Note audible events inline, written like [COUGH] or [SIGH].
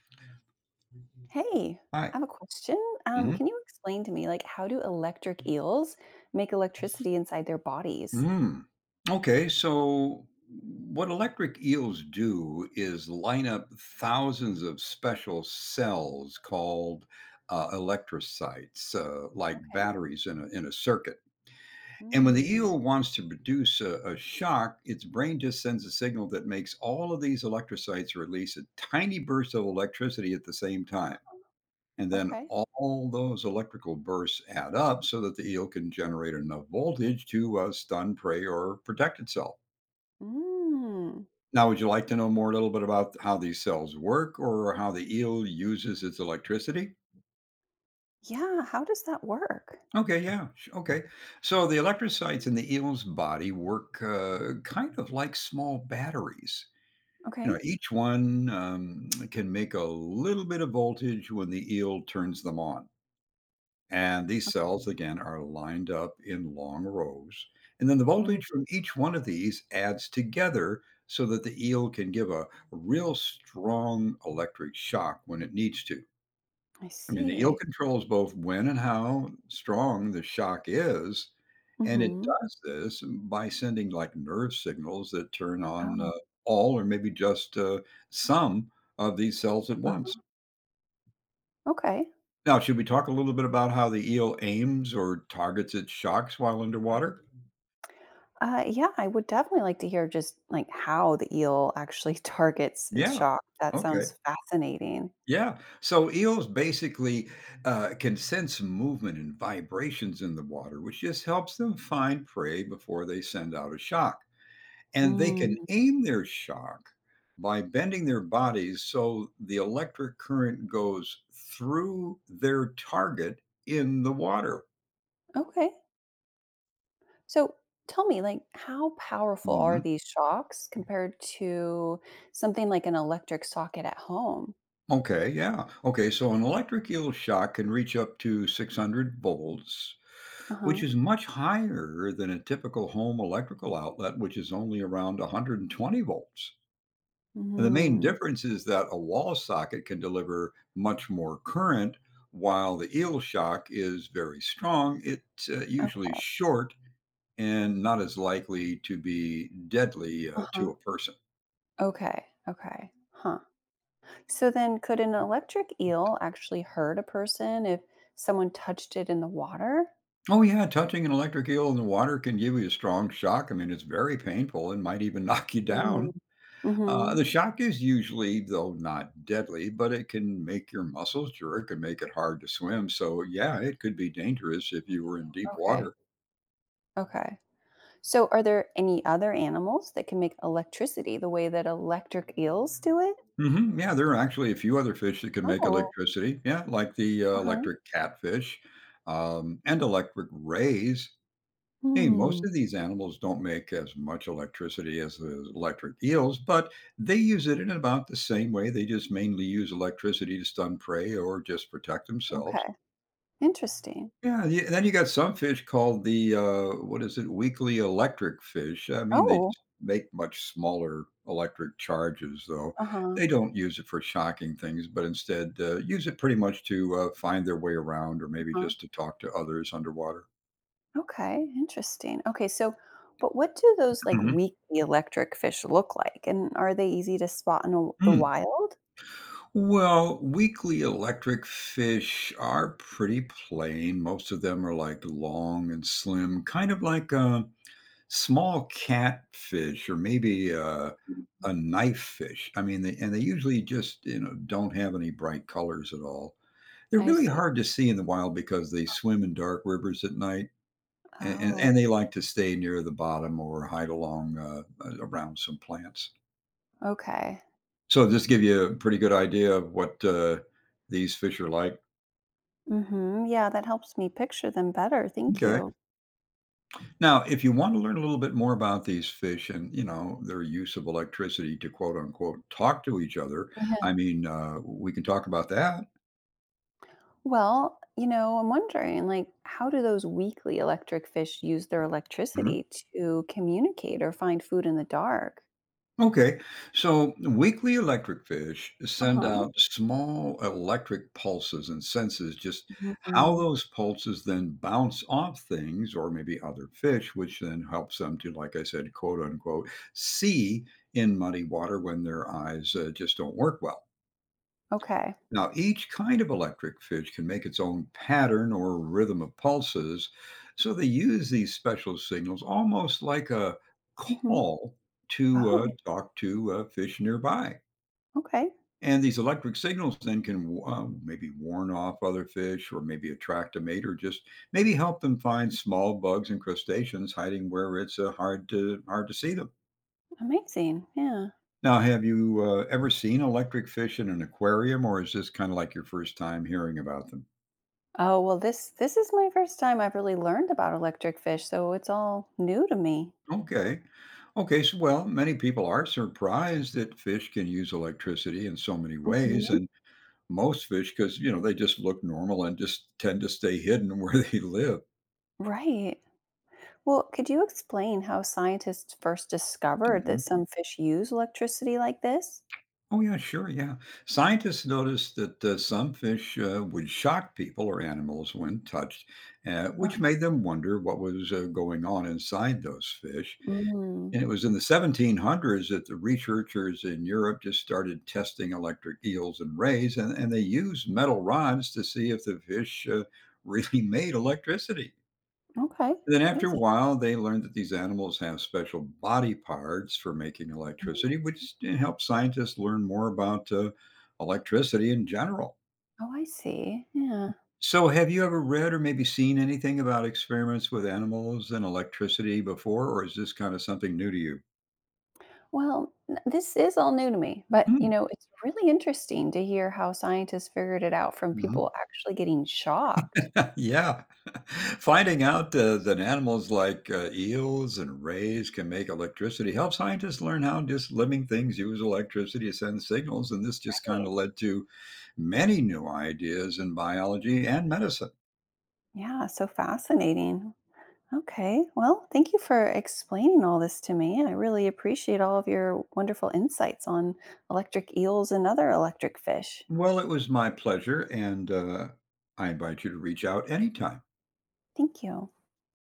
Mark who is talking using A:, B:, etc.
A: Hey,
B: Hi.
A: I have a question.
B: Mhm.
A: Can you explain to me, like, how do electric eels make electricity inside their bodies?
B: Mm. Okay, so what electric eels do is line up thousands of special cells called electrocytes, like
A: Okay.
B: batteries in a circuit. And when the
A: Mm.
B: eel wants to produce a shock, its brain just sends a signal that makes all of these electrocytes release a tiny burst of electricity at the same time.
A: uh,
B: And then
A: Okay.
B: all those electrical bursts add up so that the eel can generate enough voltage to stun prey or protect itself.
A: Mm.
B: Now, would you like to know more a little bit about how these cells work or how the eel uses its electricity?
A: Yeah. How does that work?
B: Okay, yeah, okay. So the electrocytes in the eel's body work kind of like small batteries. You know,
A: Okay.
B: each one can make a little bit of voltage when the eel turns them on. And these cells, again, are lined up in long rows. And then the
A: Mm,
B: voltage from each one of these adds together so that the eel can give a real strong electric shock when it needs to.
A: I
B: I mean, the eel
A: see.
B: controls both when and how strong the shock is. And it
A: Mm-hmm.
B: does this by sending like nerve signals that turn on
A: Oh.
B: all or maybe just some of these cells at
A: Uh-huh.
B: once.
A: Okay.
B: Now, should we talk a little bit about how the eel aims or targets its sharks while underwater?
A: Yeah, I would definitely like to hear just like how the eel actually [LAUGHS] targets its
B: Yeah.
A: shock. That
B: Okay.
A: sounds fascinating.
B: Yeah. So eels basically can sense movement and vibrations in the water, which just helps them find prey before they send out a shock. And they can
A: Mm.
B: aim their shock by bending their bodies so the electric current goes through their target in the water.
A: Okay. So tell me, like, how powerful are
B: Mm-hmm.
A: these shocks compared to something like an electric socket at home?
B: Okay, yeah. Okay, so an electric eel shock can reach up to 600 volts,
A: Uh
B: which
A: huh.
B: is much higher than a typical home electrical outlet, which is only around 120 volts. And the main
A: Hmm.
B: difference is that a wall socket can deliver much more current, while the eel shock is very strong. It's usually
A: Okay.
B: short and not as likely to be deadly
A: Uh
B: to
A: huh.
B: a person.
A: Okay. Okay. Huh. So then, could an electric eel actually hurt a person if someone touched it in the water?
B: Oh, yeah, touching an electric eel in the water can give you a strong shock. I mean, it's very painful and might even [LAUGHS] knock you down. The
A: Mm-hmm.
B: shock is usually, though not deadly, but it can make your muscles jerk and make it hard to swim. So, yeah, it could be dangerous if you were in deep
A: Okay.
B: water.
A: Okay. So, are there any other animals that can make electricity the way that electric eels do it?
B: Yeah, there are actually a few other fish that can make
A: Oh.
B: electricity. Yeah, like the
A: Uh huh.
B: electric catfish and electric rays. Hey, most
A: Hmm.
B: of these animals don't make as much electricity as the electric eels, but they use it in about the same way. They just mainly use electricity to stun prey or just protect themselves.
A: Okay. Interesting.
B: Yeah, yeah. Then you got some fish called the what is it? Weakly electric fish. I mean, they
A: Oh,
B: just make much smaller electric charges, though.
A: uh-huh,
B: They don't use it for shocking things, but instead use it pretty much to find their way around, or maybe
A: uh-huh.
B: just to talk to others underwater.
A: Okay, interesting. Okay, so but what do those, like,
B: Mhm.
A: weakly electric fish look like, and are they easy to spot in a the
B: Hmm.
A: wild?
B: Well, weakly electric fish are pretty plain. Most of them are like long and slim, kind of like a small catfish or maybe a,
A: Mm.
B: a knife fish. I mean, and they usually just, you know, don't have any bright colors at all. They're
A: I
B: really
A: see.
B: hard to see in the wild because they swim in dark rivers at night and
A: Oh,
B: they like to stay near the bottom or hide along around some plants.
A: okay.
B: So, just give you a pretty good idea of what these fish are like.
A: Mhm, yeah, that helps me picture them better, thank
B: Okay.
A: you.
B: Now, if you want to learn a little bit more about these fish and, you know, their use of electricity to quote unquote talk to each other,
A: Yeah.
B: I mean, we can talk about that.
A: Well, you know, I'm wondering, like, how do those weakly electric fish use their
B: Mhm.
A: electricity to communicate or find food in the dark?
B: Okay. So, weakly electric fish send
A: Uh-huh.
B: out small electric pulses and senses just how
A: Mhm.
B: those pulses then bounce off things or maybe other fish, which then helps them to, like I said, quote unquote, see in muddy water when their eyes just don't work well.
A: Okay.
B: Now, each kind of electric fish can make its own pattern or rhythm of pulses, so they use these special signals almost like a
A: Mhm.
B: call to
A: Oh,
B: talk to fish nearby.
A: okay.
B: And these electric signals then can maybe warn off other fish or maybe attract a mate or just maybe help them find small bugs and crustaceans hiding where it's hard to see them.
A: Amazing. Yeah.
B: Now, have you ever seen electric fish in an aquarium or is this kind of like your first time hearing about them?
A: Oh, well, this is my first time I've really learned about electric fish, so it's all new to me.
B: Okay. Okay, so well, many people are surprised that fish can use electricity in so many ways,
A: Mhm.
B: and most fish, because you know they just look normal and just tend to stay hidden [LAUGHS] where they live.
A: Right. Well, could you explain how scientists first discovered that
B: Mhm.
A: some fish use electricity like this?
B: Oh yeah, sure, yeah. Scientists noticed that some fish would shock people or animals when touched, which
A: Uh-huh.
B: made them wonder what was going on inside those fish. And
A: Mm,
B: it was in the 1700s that the researchers in Europe just started testing electric eels and rays, and they used metal rods to see if the fish really [LAUGHS] made electricity.
A: okay.
B: And then, after a
A: Amazing.
B: while, they learned that these animals have special body parts for making electricity, which helped scientists learn more about electricity in general.
A: Oh, I see. Yeah.
B: So, have you ever read or maybe seen anything about experiments with animals and electricity before, or is this kind of something new to you?
A: Well, this is all new to me, but you
B: Mm,
A: know, it's really interesting to hear how scientists figured it out from
B: mhm.
A: people actually getting shocked.
B: [LAUGHS] Yeah. [LAUGHS] Finding out that animals like eels and rays can make electricity helped scientists learn how just living things use electricity to send signals. And this just kind of
A: Right.
B: led to many new ideas in biology and medicine.
A: Yeah, so fascinating. Okay. Well, thank you for explaining all this to me. I really appreciate all of your wonderful insights on electric eels and other electric fish.
B: Well, it was my pleasure, and I invite you to reach out anytime.
A: Thank you.